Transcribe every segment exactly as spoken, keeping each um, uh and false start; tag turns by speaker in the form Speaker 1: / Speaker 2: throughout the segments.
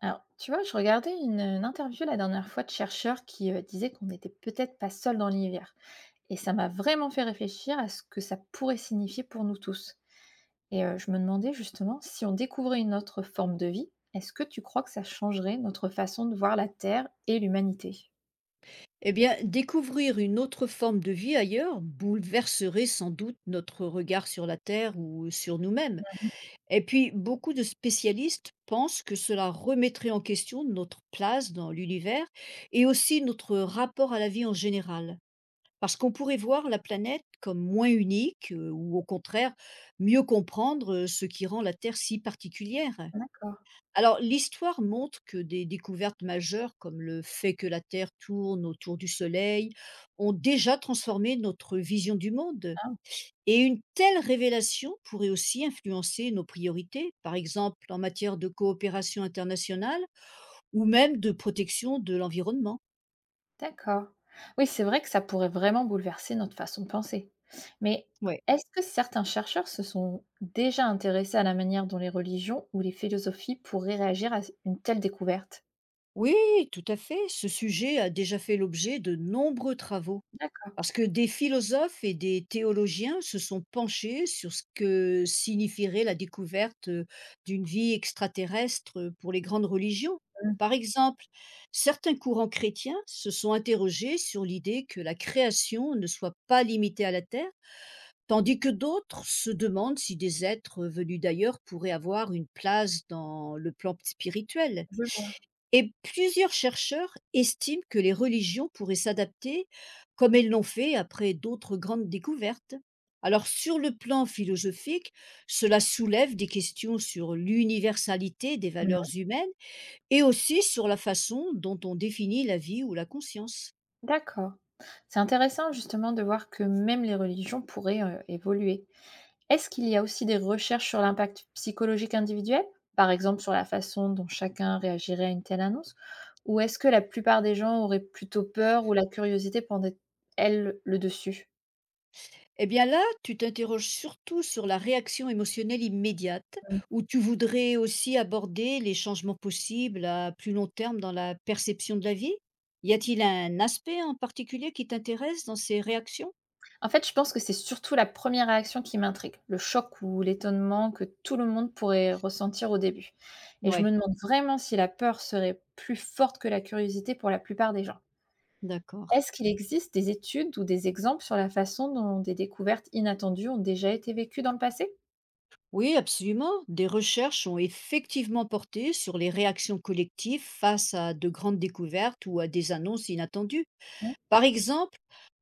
Speaker 1: Alors, tu vois, je regardais une, une interview la dernière fois de chercheurs qui euh, disaient qu'on n'était peut-être pas seul dans l'univers. Et ça m'a vraiment fait réfléchir à ce que ça pourrait signifier pour nous tous. Et euh, je me demandais justement, si on découvrait une autre forme de vie, est-ce que tu crois que ça changerait notre façon de voir la Terre et l'humanité?
Speaker 2: Eh bien, découvrir une autre forme de vie ailleurs bouleverserait sans doute notre regard sur la Terre ou sur nous-mêmes. Et puis, beaucoup de spécialistes pensent que cela remettrait en question notre place dans l'univers et aussi notre rapport à la vie en général. Parce qu'on pourrait voir la planète comme moins unique euh, ou au contraire mieux comprendre euh, ce qui rend la Terre si particulière.
Speaker 1: D'accord.
Speaker 2: Alors, l'histoire montre que des découvertes majeures, comme le fait que la Terre tourne autour du Soleil, ont déjà transformé notre vision du monde. Et une telle révélation pourrait aussi influencer nos priorités, par exemple en matière de coopération internationale ou même de protection de l'environnement.
Speaker 1: D'accord. Oui, c'est vrai que ça pourrait vraiment bouleverser notre façon de penser. Mais
Speaker 2: Ouais.
Speaker 1: est-ce que certains chercheurs se sont déjà intéressés à la manière dont les religions ou les philosophies pourraient réagir à une telle découverte?
Speaker 2: Oui, tout à fait. Ce sujet a déjà fait l'objet de nombreux travaux.
Speaker 1: D'accord.
Speaker 2: Parce que des philosophes et des théologiens se sont penchés sur ce que signifierait la découverte euh, d'une vie extraterrestre euh, pour les grandes religions.
Speaker 1: Mm,
Speaker 2: Par exemple, certains courants chrétiens se sont interrogés sur l'idée que la création ne soit pas limitée à la Terre, tandis que d'autres se demandent si des êtres venus d'ailleurs pourraient avoir une place dans le plan spirituel.
Speaker 1: je vois.
Speaker 2: Et plusieurs chercheurs estiment que les religions pourraient s'adapter, comme elles l'ont fait après d'autres grandes découvertes. Alors sur le plan philosophique, cela soulève des questions sur l'universalité des valeurs
Speaker 1: Mm.
Speaker 2: humaines et aussi sur la façon dont on définit la vie ou la conscience.
Speaker 1: D'accord. C'est intéressant justement de voir que même les religions pourraient euh, évoluer. Est-ce qu'il y a aussi des recherches sur l'impact psychologique individuel? Par exemple, sur la façon dont chacun réagirait à une telle annonce? Ou est-ce que la plupart des gens auraient plutôt peur, ou la curiosité prendrait, elle, le dessus?
Speaker 2: Eh bien là, tu t'interroges surtout sur la réaction émotionnelle immédiate,
Speaker 1: Mmh.
Speaker 2: où tu voudrais aussi aborder les changements possibles à plus long terme dans la perception de la vie. Y a-t-il un aspect en particulier qui t'intéresse dans ces réactions?
Speaker 1: En fait, je pense que c'est surtout la première réaction qui m'intrigue, le choc ou l'étonnement que tout le monde pourrait ressentir au début. Et je me
Speaker 2: Ouais,
Speaker 1: demande vraiment si la peur serait plus forte que la curiosité pour la plupart des gens.
Speaker 2: d'accord.
Speaker 1: Est-ce qu'il existe des études ou des exemples sur la façon dont des découvertes inattendues ont déjà été vécues dans le passé?
Speaker 2: Oui, absolument. Des recherches ont effectivement porté sur les réactions collectives face à de grandes découvertes ou à des annonces inattendues.
Speaker 1: Mmh.
Speaker 2: Par exemple,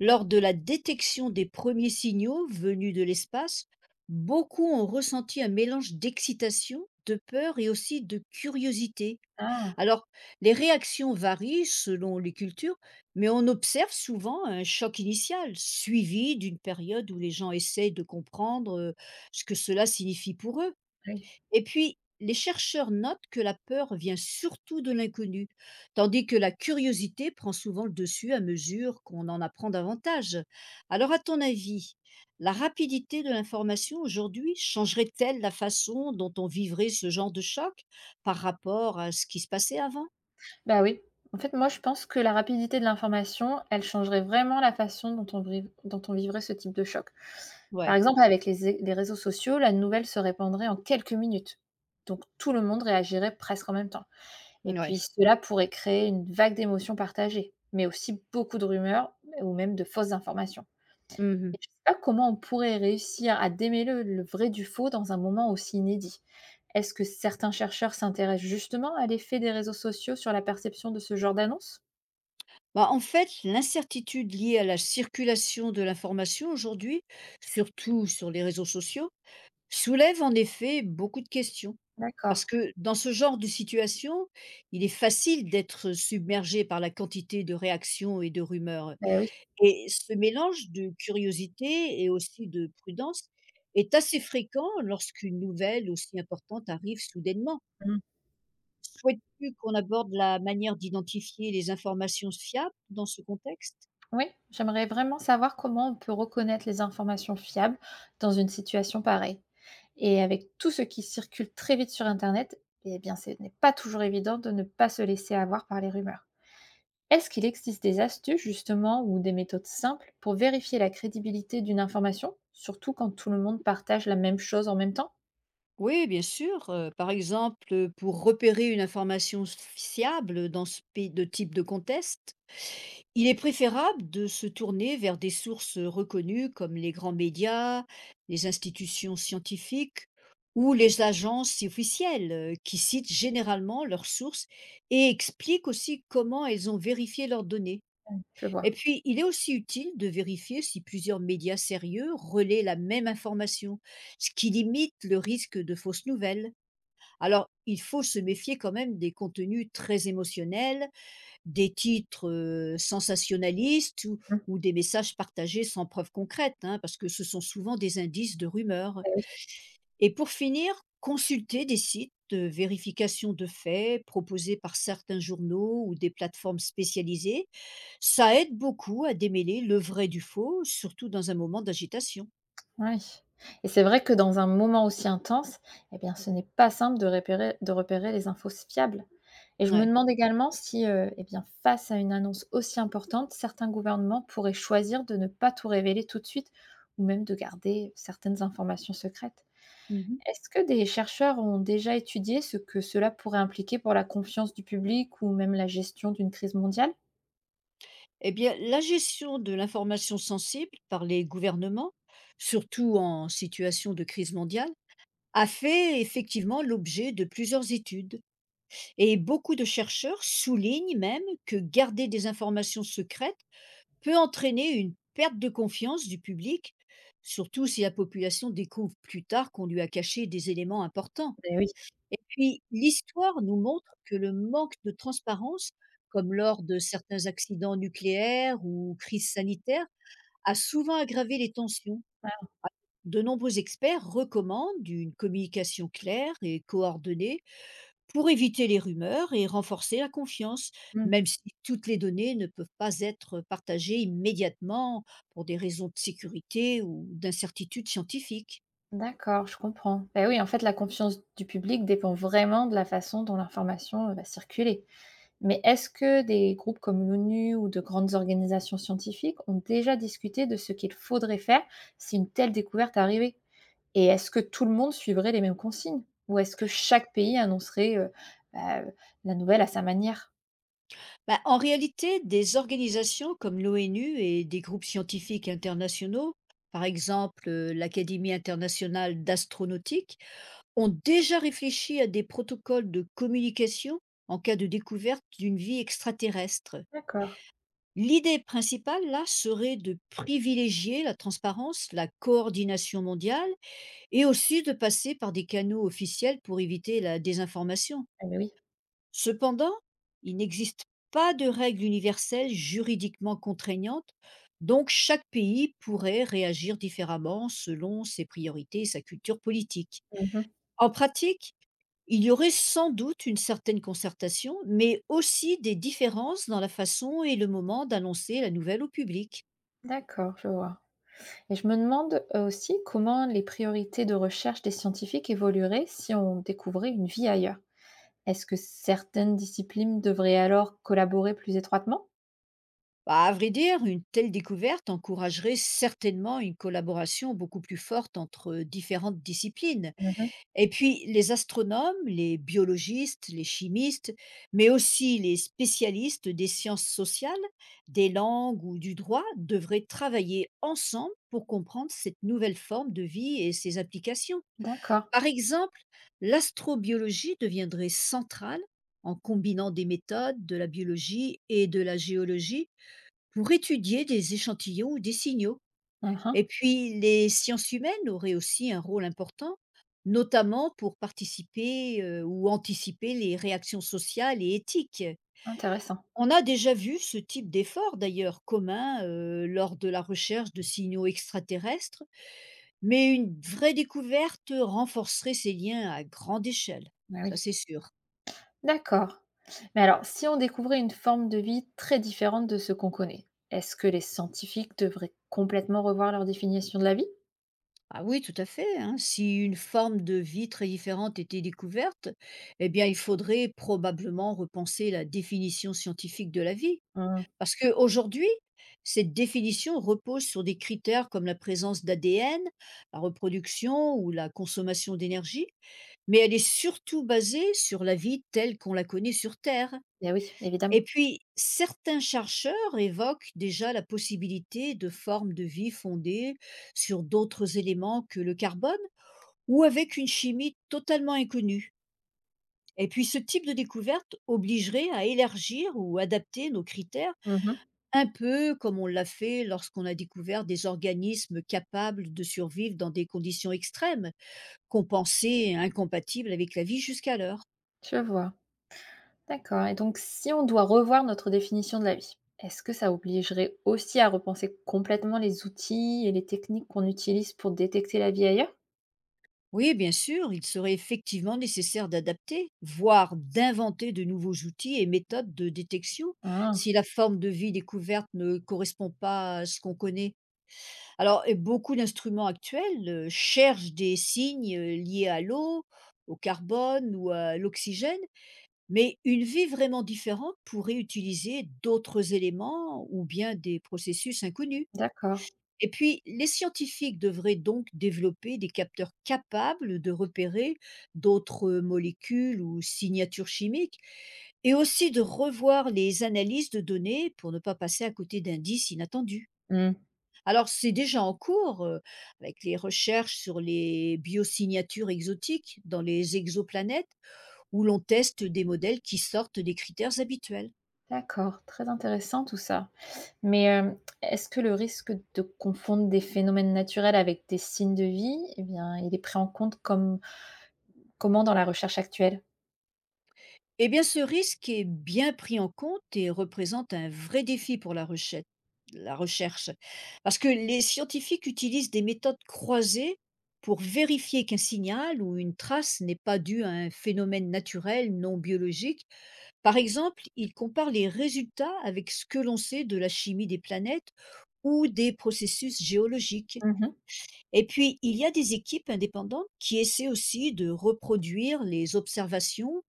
Speaker 2: lors de la détection des premiers signaux venus de l'espace, beaucoup ont ressenti un mélange d'excitation, de peur et aussi de curiosité.
Speaker 1: Ah
Speaker 2: Alors, les réactions varient selon les cultures, mais on observe souvent un choc initial, suivi d'une période où les gens essayent de comprendre euh, ce que cela signifie pour eux.
Speaker 1: oui.
Speaker 2: Et puis, les chercheurs notent que la peur vient surtout de l'inconnu, tandis que la curiosité prend souvent le dessus à mesure qu'on en apprend davantage. Alors, à ton avis, la rapidité de l'information aujourd'hui changerait-elle la façon dont on vivrait ce genre de choc par rapport à ce qui se passait avant?
Speaker 1: Bah oui. En fait, moi, je pense que la rapidité de l'information, elle changerait vraiment la façon dont on briv dont on vivrait ce type de choc.
Speaker 2: Ouais,
Speaker 1: Par exemple, avec les é les réseaux sociaux, la nouvelle se répandrait en quelques minutes. Donc tout le monde réagirait presque en même temps. Et
Speaker 2: ouais.
Speaker 1: puis cela pourrait créer une vague d'émotions partagées, mais aussi beaucoup de rumeurs ou même de fausses informations.
Speaker 2: Mhm.
Speaker 1: Et je ne sais pas comment on pourrait réussir à démêler le vrai du faux dans un moment aussi inédit. Est-ce que certains chercheurs s'intéressent justement à l'effet des réseaux sociaux sur la perception de ce genre d'annonce?
Speaker 2: Bah, en fait, l'incertitude liée à la circulation de l'information aujourd'hui, surtout sur les réseaux sociaux, soulève en effet beaucoup de questions.
Speaker 1: D'accord,
Speaker 2: Parce que dans ce genre de situation, il est facile d'être submergé par la quantité de réactions et de rumeurs.
Speaker 1: beh, oui.
Speaker 2: Et ce mélange de curiosité et aussi de prudence est assez fréquent lorsqu'une nouvelle aussi importante arrive soudainement.
Speaker 1: Mmh.
Speaker 2: Souhaites-tu qu'on aborde la manière d'identifier les informations fiables dans ce contexte?
Speaker 1: Oui, j'aimerais vraiment savoir comment on peut reconnaître les informations fiables dans une situation pareille. Et avec tout ce qui circule très vite sur Internet, eh bien, ce n'est pas toujours évident de ne pas se laisser avoir par les rumeurs. Est-ce qu'il existe des astuces justement ou des méthodes simples pour vérifier la crédibilité d'une information, surtout quand tout le monde partage la même chose en même temps?
Speaker 2: Oui, bien sûr. euh, Par exemple, pour repérer une information fiable dans ce pays de type de contexte, il est préférable de se tourner vers des sources reconnues comme les grands médias, les institutions scientifiques ou les agences officielles euh, qui citent généralement leurs sources et expliquent aussi comment elles ont vérifié leurs données.
Speaker 1: Je
Speaker 2: Et
Speaker 1: vois.
Speaker 2: puis, il est aussi utile de vérifier si plusieurs médias sérieux relaient la même information, ce qui limite le risque de fausses nouvelles. Alors, il faut se méfier quand même des contenus très émotionnels, des titres, heu, sensationnalistes ou
Speaker 1: Mmh.
Speaker 2: ou des messages partagés sans preuve concrète, hein, parce que ce sont souvent des indices de rumeurs.
Speaker 1: Bah oui.
Speaker 2: Et pour finir, consulter des sites de vérification de faits proposés par certains journaux ou des plateformes spécialisées. Ça aide beaucoup à démêler le vrai du faux, surtout dans un moment d'agitation.
Speaker 1: Oui. Et c'est vrai que dans un moment aussi intense, eh bien, ce n'est pas simple de repérer, de repérer les infos fiables. Et je me
Speaker 2: Ouais.
Speaker 1: demande également si, euh, eh bien, face à une annonce aussi importante, certains gouvernements pourraient choisir de ne pas tout révéler tout de suite ou même de garder certaines informations secrètes.
Speaker 2: Mmh.
Speaker 1: Est-ce que des chercheurs ont déjà étudié ce que cela pourrait impliquer pour la confiance du public ou même la gestion d'une crise mondiale?
Speaker 2: Eh bien, la gestion de l'information sensible par les gouvernements, surtout en situation de crise mondiale, a fait effectivement l'objet de plusieurs études, et beaucoup de chercheurs soulignent même que garder des informations secrètes peut entraîner une perte de confiance du public, surtout si la population découvre plus tard qu'on lui a caché des éléments importants.
Speaker 1: Ben oui.
Speaker 2: Et puis, l'histoire nous montre que le manque de transparence, comme lors de certains accidents nucléaires ou crises sanitaires, a souvent aggravé les tensions. De nombreux experts recommandent une communication claire et coordonnée pour éviter les rumeurs et renforcer la confiance,
Speaker 1: Hmm.
Speaker 2: même si toutes les données ne peuvent pas être partagées immédiatement pour des raisons de sécurité ou d'incertitude scientifique.
Speaker 1: D'accord, je comprends. Ben oui, en fait, la confiance du public dépend vraiment de la façon dont l'information euh, va circuler. Mais est-ce que des groupes comme l'O N U ou de grandes organisations scientifiques ont déjà discuté de ce qu'il faudrait faire si une telle découverte arrivait? Et est-ce que tout le monde suivrait les mêmes consignes? Ou est-ce que chaque pays annoncerait euh, bah, la nouvelle à sa manière?
Speaker 2: Bah, en réalité, des organisations comme l'O N U et des groupes scientifiques internationaux, par exemple euh, l'Académie internationale d'astronautique, ont déjà réfléchi à des protocoles de communication en cas de découverte d'une vie extraterrestre.
Speaker 1: D'accord.
Speaker 2: L'idée principale, là, serait de privilégier la transparence, la coordination mondiale et aussi de passer par des canaux officiels pour éviter la désinformation.
Speaker 1: Ah beh, oui.
Speaker 2: Cependant, il n'existe pas de règles universelles juridiquement contraignantes, donc chaque pays pourrait réagir différemment selon ses priorités et sa culture politique.
Speaker 1: Mmh.
Speaker 2: En pratique, il y aurait sans doute une certaine concertation, mais aussi des différences dans la façon et le moment d'annoncer la nouvelle au public.
Speaker 1: D'accord, je vois. Et je me demande, heu, aussi comment les priorités de recherche des scientifiques évolueraient si on découvrait une vie ailleurs? Est-ce que certaines disciplines devraient alors collaborer plus étroitement?
Speaker 2: Bah, à vrai dire, une telle découverte encouragerait certainement une collaboration beaucoup plus forte entre différentes disciplines.
Speaker 1: Mmh.
Speaker 2: Et puis, les astronomes, les biologistes, les chimistes, mais aussi les spécialistes des sciences sociales, des langues ou du droit devraient travailler ensemble pour comprendre cette nouvelle forme de vie et ses applications.
Speaker 1: D'accord.
Speaker 2: Par exemple, l'astrobiologie deviendrait centrale en combinant des méthodes de la biologie et de la géologie pour étudier des échantillons ou des signaux.
Speaker 1: Mmh.
Speaker 2: Et puis, les sciences humaines auraient aussi un rôle important, notamment pour participer euh, ou anticiper les réactions sociales et éthiques.
Speaker 1: Intéressant.
Speaker 2: On a déjà vu ce type d'effort, d'ailleurs, commun euh, lors de la recherche de signaux extraterrestres, mais une vraie découverte renforcerait ces liens à grande échelle,
Speaker 1: Ah
Speaker 2: ça
Speaker 1: oui.
Speaker 2: c'est sûr.
Speaker 1: D'accord. Mais alors si on découvrait une forme de vie très différente de ce qu'on connaît, est-ce que les scientifiques devraient complètement revoir leur définition de la vie?
Speaker 2: Ah oui, tout à fait, hein. Si une forme de vie très différente était découverte, eh bien, il faudrait probablement repenser la définition scientifique de la vie.
Speaker 1: Mmh.
Speaker 2: Parce qu'aujourd'hui, cette définition repose sur des critères comme la présence d'A D N, la reproduction ou la consommation d'énergie, mais elle est surtout basée sur la vie telle qu'on la connaît sur Terre.
Speaker 1: Beh, oui, évidemment.
Speaker 2: Et puis, certains chercheurs évoquent déjà la possibilité de formes de vie fondées sur d'autres éléments que le carbone ou avec une chimie totalement inconnue. Et puis ce type de découverte obligerait à élargir ou adapter nos critères,
Speaker 1: Mmh.
Speaker 2: un peu comme on l'a fait lorsqu'on a découvert des organismes capables de survivre dans des conditions extrêmes, qu'on pensait incompatibles avec la vie jusqu'alors.
Speaker 1: Je vois. D'accord. Et donc si on doit revoir notre définition de la vie, est-ce que ça obligerait aussi à repenser complètement les outils et les techniques qu'on utilise pour détecter la vie ailleurs?
Speaker 2: Oui, bien sûr, il serait effectivement nécessaire d'adapter, voire d'inventer de nouveaux outils et méthodes de détection
Speaker 1: Ah,
Speaker 2: si la forme de vie découverte ne correspond pas à ce qu'on connaît. Alors et beaucoup d'instruments actuels, heu, cherchent des signes, heu, liés à l'eau, au carbone ou à l'oxygène, mais une vie vraiment différente pourrait utiliser d'autres éléments ou bien des processus inconnus.
Speaker 1: d'accord.
Speaker 2: Et puis, les scientifiques devraient donc développer des capteurs capables de repérer d'autres, molécules ou signatures chimiques, et aussi de revoir les analyses de données pour ne pas passer à côté d'indices inattendus.
Speaker 1: Mmh.
Speaker 2: Alors, c'est déjà en cours, heu, avec les recherches sur les biosignatures exotiques dans les exoplanètes, où l'on teste des modèles qui sortent des critères habituels.
Speaker 1: D'accord, très intéressant tout ça. Mais, hem, est-ce que le risque de confondre des phénomènes naturels avec des signes de vie, eh bien, il est pris en compte comme comment dans la recherche actuelle?
Speaker 2: Eh bien, ce risque est bien pris en compte et représente un vrai défi pour la rechet la recherche. Parce que les scientifiques utilisent des méthodes croisées pour vérifier qu'un signal ou une trace n'est pas due à un phénomène naturel non biologique. Par exemple, il compare les résultats avec ce que l'on sait de la chimie des planètes ou des processus géologiques.
Speaker 1: Mmh.
Speaker 2: Et puis, il y a des équipes indépendantes qui essaient aussi de reproduire les observations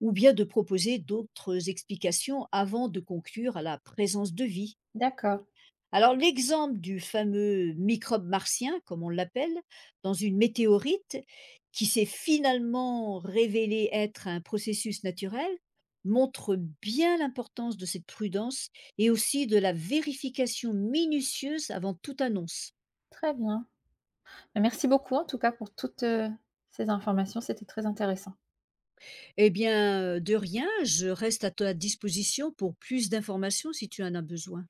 Speaker 2: ou bien de proposer d'autres explications avant de conclure à la présence de vie.
Speaker 1: D'accord,
Speaker 2: Alors l'exemple du fameux microbe martien, comme on l'appelle, dans une météorite, qui s'est finalement révélé être un processus naturel, montre bien l'importance de cette prudence et aussi de la vérification minutieuse avant toute annonce.
Speaker 1: très bien. Bah, merci beaucoup en tout cas pour toutes, heu, ces informations, c'était très intéressant.
Speaker 2: Eh bien, de rien, je reste à ta disposition pour plus d'informations si tu en as besoin.